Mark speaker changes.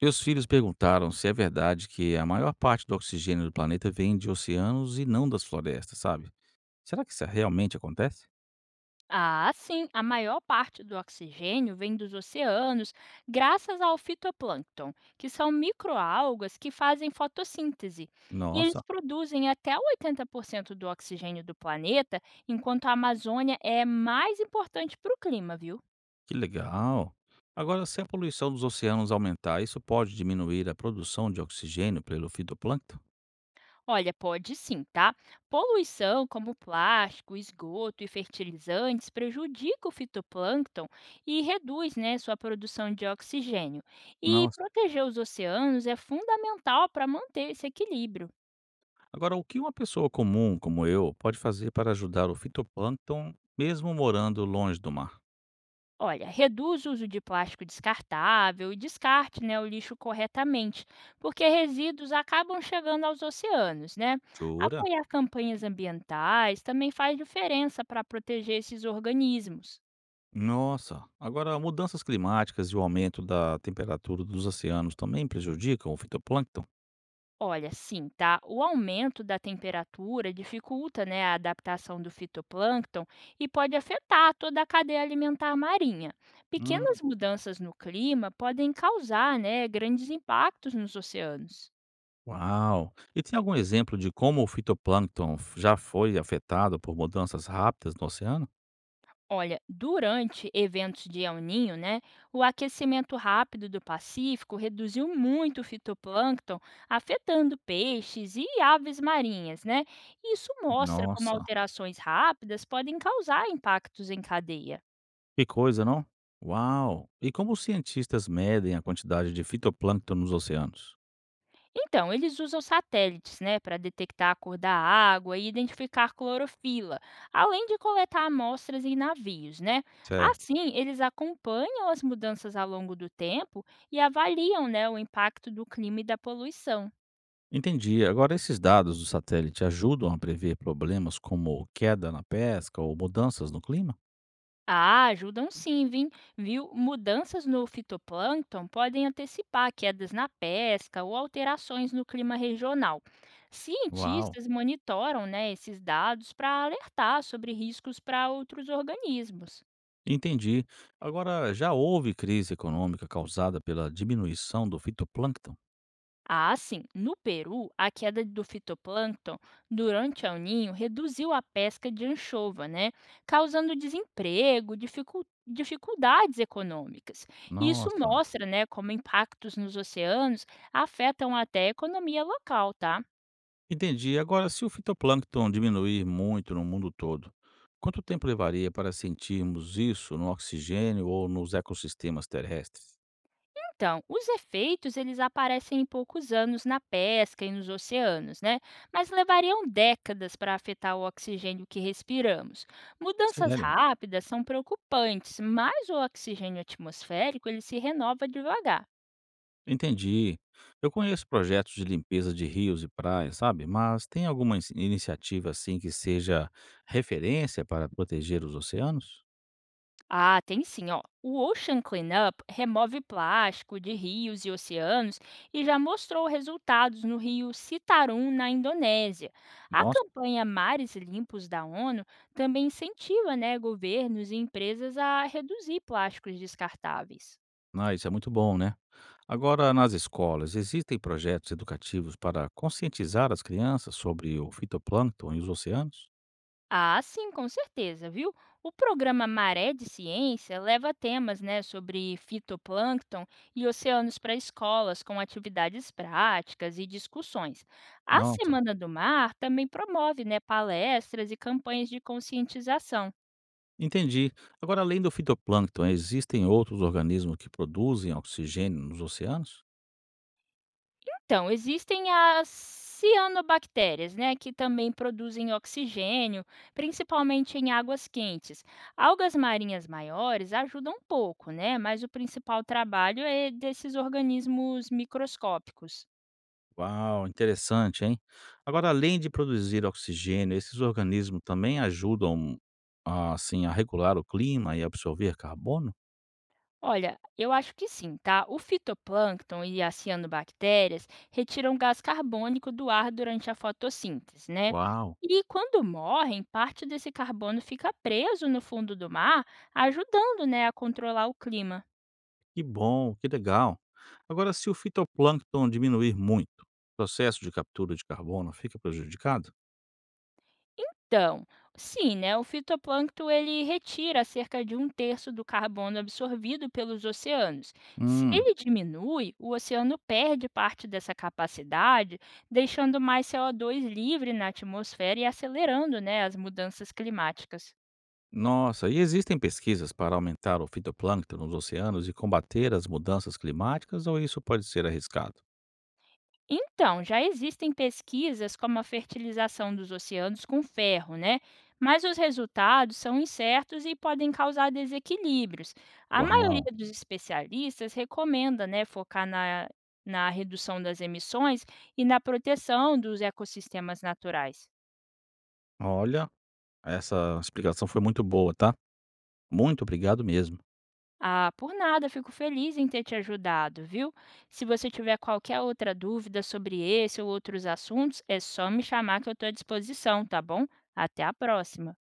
Speaker 1: Meus filhos perguntaram se é verdade que a maior parte do oxigênio do planeta vem de oceanos e não das florestas, sabe? Será que isso é realmente acontece?
Speaker 2: Ah, sim, a maior parte do oxigênio vem dos oceanos, graças ao fitoplâncton, que são microalgas que fazem fotossíntese. E eles
Speaker 1: Nossa,
Speaker 2: produzem até 80% do oxigênio do planeta, enquanto a Amazônia é mais importante para o clima, viu?
Speaker 1: que legal! Agora, se a poluição dos oceanos aumentar, isso pode diminuir a produção de oxigênio pelo fitoplâncton?
Speaker 2: Olha, pode sim, tá? Poluição como plástico, esgoto e fertilizantes prejudica o fitoplâncton e reduz, né, sua produção de oxigênio. E
Speaker 1: Nossa.
Speaker 2: proteger os oceanos é fundamental para manter esse equilíbrio.
Speaker 1: Agora, o que uma pessoa comum como eu pode fazer para ajudar o fitoplâncton mesmo morando longe do mar?
Speaker 2: Olha, reduz o uso de plástico descartável e descarte, né, o lixo corretamente, porque resíduos acabam chegando aos oceanos, né?
Speaker 1: Jura?
Speaker 2: Apoiar campanhas ambientais também faz diferença para proteger esses organismos.
Speaker 1: Nossa, agora mudanças climáticas e o aumento da temperatura dos oceanos também prejudicam o fitoplâncton?
Speaker 2: Olha, sim, tá? O aumento da temperatura dificulta, né, a adaptação do fitoplâncton e pode afetar toda a cadeia alimentar marinha.
Speaker 1: Hum,
Speaker 2: Pequenas mudanças no clima podem causar, né, grandes impactos nos oceanos.
Speaker 1: uau! E tem algum exemplo de como o fitoplâncton já foi afetado por mudanças rápidas no oceano?
Speaker 2: Olha, durante eventos de El Niño, né, o aquecimento rápido do Pacífico reduziu muito o fitoplâncton, afetando peixes e aves marinhas, né? Isso mostra como
Speaker 1: Nossa,
Speaker 2: alterações rápidas podem causar impactos em cadeia.
Speaker 1: que coisa, não? Uau! E como os cientistas medem a quantidade de fitoplâncton nos oceanos?
Speaker 2: Então, eles usam satélites, né, para detectar a cor da água e identificar clorofila, além de coletar amostras em navios, né?
Speaker 1: Certo.
Speaker 2: Assim, eles acompanham as mudanças ao longo do tempo e avaliam, né, o impacto do clima e da poluição.
Speaker 1: Entendi. Agora, esses dados do satélite ajudam a prever problemas como queda na pesca ou mudanças no clima?
Speaker 2: Ah, ajudam sim, viu? Mudanças no fitoplâncton podem antecipar quedas na pesca ou alterações no clima regional.
Speaker 1: Uau!
Speaker 2: Cientistas monitoram, né, esses dados para alertar sobre riscos para outros organismos.
Speaker 1: Entendi. Agora, já houve crise econômica causada pela diminuição do fitoplâncton?
Speaker 2: Ah, sim. No Peru, a queda do fitoplâncton durante El Ninho reduziu a pesca de anchova, né? Causando desemprego, dificuldades econômicas. E isso
Speaker 1: Nossa,
Speaker 2: mostra, né, como impactos nos oceanos afetam até a economia local, tá?
Speaker 1: entendi. Agora, se o fitoplâncton diminuir muito no mundo todo, quanto tempo levaria para sentirmos isso no oxigênio ou nos ecossistemas terrestres?
Speaker 2: Então, os efeitos eles aparecem em poucos anos na pesca e nos oceanos, né? Mas levariam décadas para afetar o oxigênio que respiramos. Mudanças
Speaker 1: Sério?
Speaker 2: rápidas são preocupantes, mas o oxigênio atmosférico ele se renova devagar.
Speaker 1: Entendi. Eu conheço projetos de limpeza de rios e praias, sabe? Mas tem alguma iniciativa assim que seja referência para proteger os oceanos?
Speaker 2: Ah, tem sim, ó. O Ocean Cleanup remove plástico de rios e oceanos e já mostrou resultados no rio Citarum, na Indonésia. A
Speaker 1: Nossa.
Speaker 2: campanha Mares Limpos da ONU também incentiva, né, governos e empresas a reduzir plásticos descartáveis.
Speaker 1: Ah, isso é muito bom, né? Agora, nas escolas, existem projetos educativos para conscientizar as crianças sobre o fitoplâncton e os oceanos?
Speaker 2: Ah, sim, com certeza, viu? O programa Maré de Ciência leva temas, né, sobre fitoplâncton e oceanos para escolas, com atividades práticas e discussões. A
Speaker 1: Nossa,
Speaker 2: Semana do Mar também promove, né, palestras e campanhas de conscientização.
Speaker 1: entendi. Agora, além do fitoplâncton, existem outros organismos que produzem oxigênio nos oceanos?
Speaker 2: Então, existem as cianobactérias, né, que também produzem oxigênio, principalmente em águas quentes. Algas marinhas maiores ajudam um pouco, né, mas o principal trabalho é desses organismos microscópicos.
Speaker 1: Uau, interessante, hein? Agora, além de produzir oxigênio, esses organismos também ajudam, a regular o clima e absorver carbono?
Speaker 2: Olha, eu acho que sim, tá? O fitoplâncton e as cianobactérias retiram gás carbônico do ar durante a fotossíntese, né?
Speaker 1: Uau!
Speaker 2: E quando morrem, parte desse carbono fica preso no fundo do mar, ajudando, né, a controlar o clima.
Speaker 1: Que bom, que legal. Agora, se o fitoplâncton diminuir muito, o processo de captura de carbono fica prejudicado?
Speaker 2: Então, sim, né? O fitoplâncton ele retira cerca de um terço do carbono absorvido pelos oceanos. Se
Speaker 1: Hum,
Speaker 2: ele diminui, o oceano perde parte dessa capacidade, deixando mais CO2 livre na atmosfera e acelerando, né, as mudanças climáticas.
Speaker 1: nossa, e existem pesquisas para aumentar o fitoplâncton nos oceanos e combater as mudanças climáticas, ou isso pode ser arriscado?
Speaker 2: Então, já existem pesquisas como a fertilização dos oceanos com ferro, né? Mas os resultados são incertos e podem causar desequilíbrios. A
Speaker 1: Uau,
Speaker 2: maioria dos especialistas recomenda, né, focar na redução das emissões e na proteção dos ecossistemas naturais.
Speaker 1: olha, essa explicação foi muito boa, tá? Muito obrigado mesmo.
Speaker 2: Ah, por nada, fico feliz em ter te ajudado, viu? Se você tiver qualquer outra dúvida sobre esse ou outros assuntos, é só me chamar que eu estou à disposição, tá bom? Até a próxima!